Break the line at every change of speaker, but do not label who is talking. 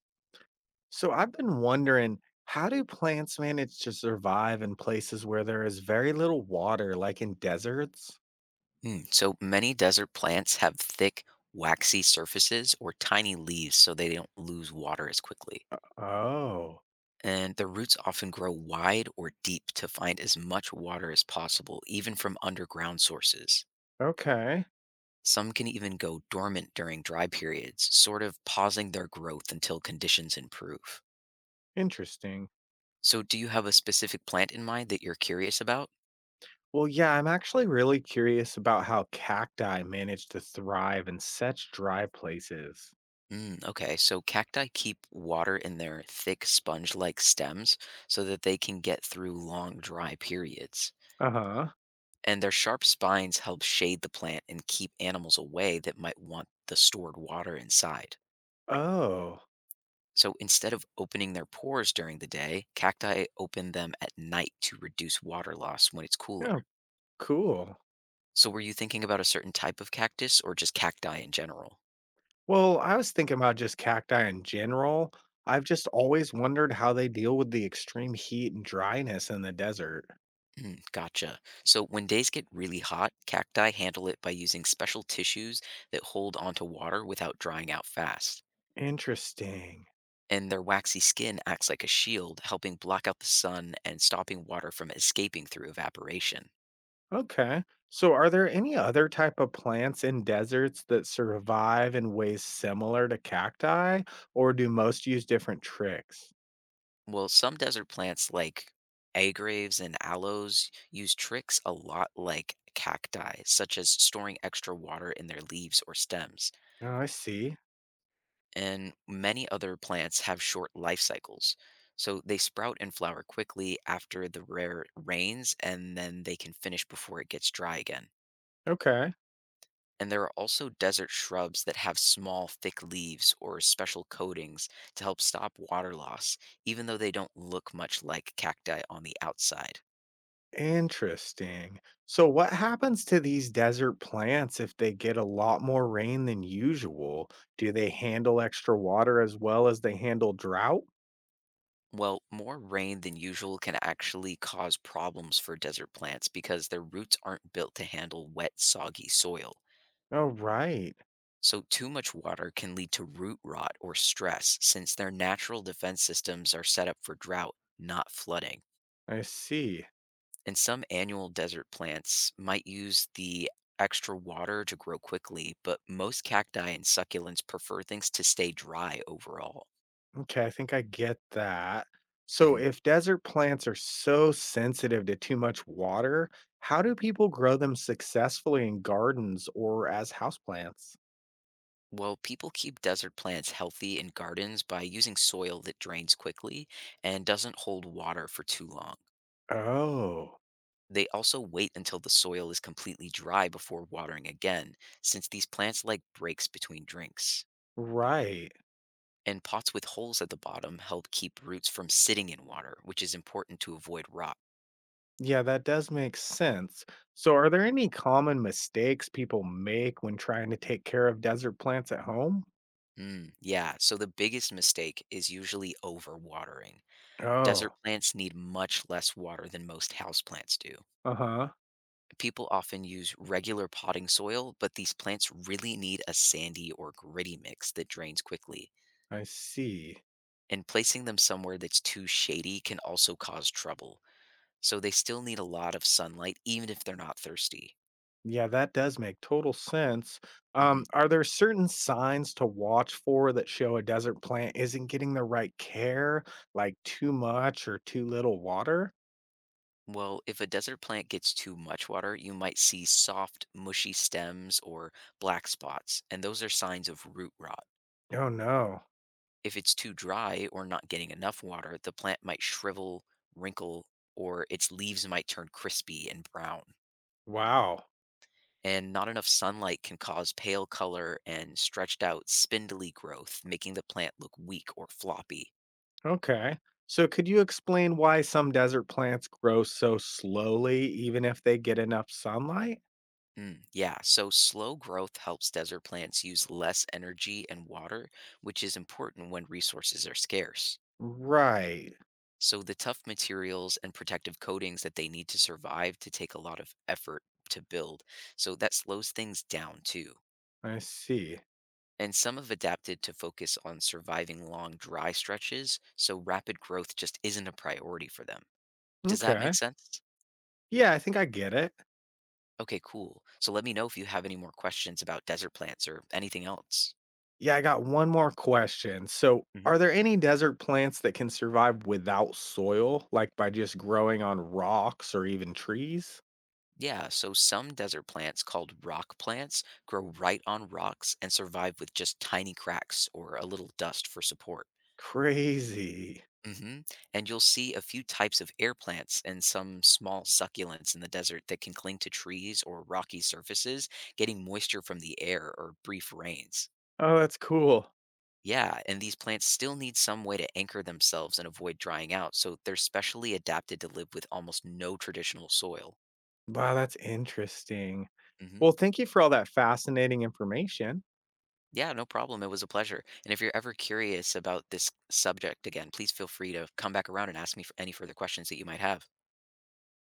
So I've been wondering, how do plants manage to survive in places where there is very little water, like in deserts?
So many desert plants have thick, waxy surfaces or tiny leaves so they don't lose water as quickly.
Oh,
And the roots often grow wide or deep to find as much water as possible, even from underground sources.
okay.
Some can even go dormant during dry periods, sort of pausing their growth until conditions improve.
Interesting.
So, do you have a specific plant in mind that you're curious about?
Well, yeah, I'm actually really curious about how cacti manage to thrive in such dry places.
Mm, okay, so cacti keep water in their thick sponge like stems so that they can get through long dry periods.
Uh huh.
And their sharp spines help shade the plant and keep animals away that might want the stored water inside.
Oh,
So instead of opening their pores during the day, cacti open them at night to reduce water loss when it's cooler.
yeah, cool.
So were you thinking about a certain type of cactus or just cacti in general?
Well, I was thinking about just cacti in general. I've just always wondered how they deal with the extreme heat and dryness in the desert.
Mm, gotcha. So when days get really hot, cacti handle it by using special tissues that hold onto water without drying out fast.
Interesting.
And their waxy skin acts like a shield, helping block out the sun and stopping water from escaping through evaporation.
Okay. So are there any other type of plants in deserts that survive in ways similar to cacti, or do most use different tricks?
Well, some desert plants like agraves and aloes use tricks a lot like cacti, such as storing extra water in their leaves or stems.
Oh, I see.
And many other plants have short life cycles. So they sprout and flower quickly after the rare rains, and then they can finish before it gets dry again.
Okay.
And there are also desert shrubs that have small, thick leaves or special coatings to help stop water loss, even though they don't look much like cacti on the outside.
Interesting. So what happens to these desert plants if they get a lot more rain than usual? Do they handle extra water as well as they handle drought?
Well, more rain than usual can actually cause problems for desert plants because their roots aren't built to handle wet, soggy soil.
Oh, right.
So, too much water can lead to root rot or stress since their natural defense systems are set up for drought, not flooding.
I see.
And some annual desert plants might use the extra water to grow quickly, but most cacti and succulents prefer things to stay dry overall.
Okay, I think I get that. So,
Mhm.
if desert plants are so sensitive to too much water, how do people grow them successfully in gardens or as houseplants?
Well, people keep desert plants healthy in gardens by using soil that drains quickly and doesn't hold water for too long.
Oh,
They also wait until the soil is completely dry before watering again, since these plants like breaks between drinks.
right.
And pots with holes at the bottom help keep roots from sitting in water, which is important to avoid rot.
Yeah, that does make sense. So, are there any common mistakes people make when trying to take care of desert plants at home?
Mm, yeah, so the biggest mistake is usually overwatering. Desert
Oh,
plants need much less water than most houseplants do.
uh huh.
People often use regular potting soil, but these plants really need a sandy or gritty mix that drains quickly.
I see.
And placing them somewhere that's too shady can also cause trouble. So they still need a lot of sunlight, even if they're not thirsty.
Yeah, that does make total sense.
Hmm.
Are there certain signs to watch for that show a desert plant isn't getting the right care, like too much or too little water?
Well, if a desert plant gets too much water, you might see soft, mushy stems or black spots, and those are signs of root rot.
Oh, no.
If it's too dry or not getting enough water, the plant might shrivel, wrinkle, or its leaves might turn crispy and brown.
Wow.
And not enough sunlight can cause pale color and stretched out spindly growth, making the plant look weak or floppy.
Okay. So, could you explain why some desert plants grow so slowly, even if they get enough sunlight?
Mm, yeah, so slow growth helps desert plants use less energy and water, which is important when resources are scarce.
Right.
So the tough materials and protective coatings that they need to survive to take a lot of effort to build. So that slows things down too.
I see.
And some have adapted to focus on surviving long dry stretches, so rapid growth just isn't a priority for them. Does that make
Okay.
sense?
Yeah, I think I get it.
Okay, cool. So let me know if you have any more questions about desert plants or anything else.
Yeah, I got one more question. So,
Mhm.
are there any desert plants that can survive without soil, like by just growing on rocks or even trees?
Yeah, so some desert plants called rock plants grow right on rocks and survive with just tiny cracks or a little dust for support.
Crazy.
Hmm. And you'll see a few types of air plants and some small succulents in the desert that can cling to trees or rocky surfaces, getting moisture from the air or brief rains.
Oh, that's cool.
Yeah, and these plants still need some way to anchor themselves and avoid drying out, so they're specially adapted to live with almost no traditional soil.
Wow, that's interesting.
Hmm.
Well, thank you for all that fascinating information.
Yeah, no problem. It was a pleasure. And if you're ever curious about this subject again, please feel free to come back around and ask me for any further questions that you might have.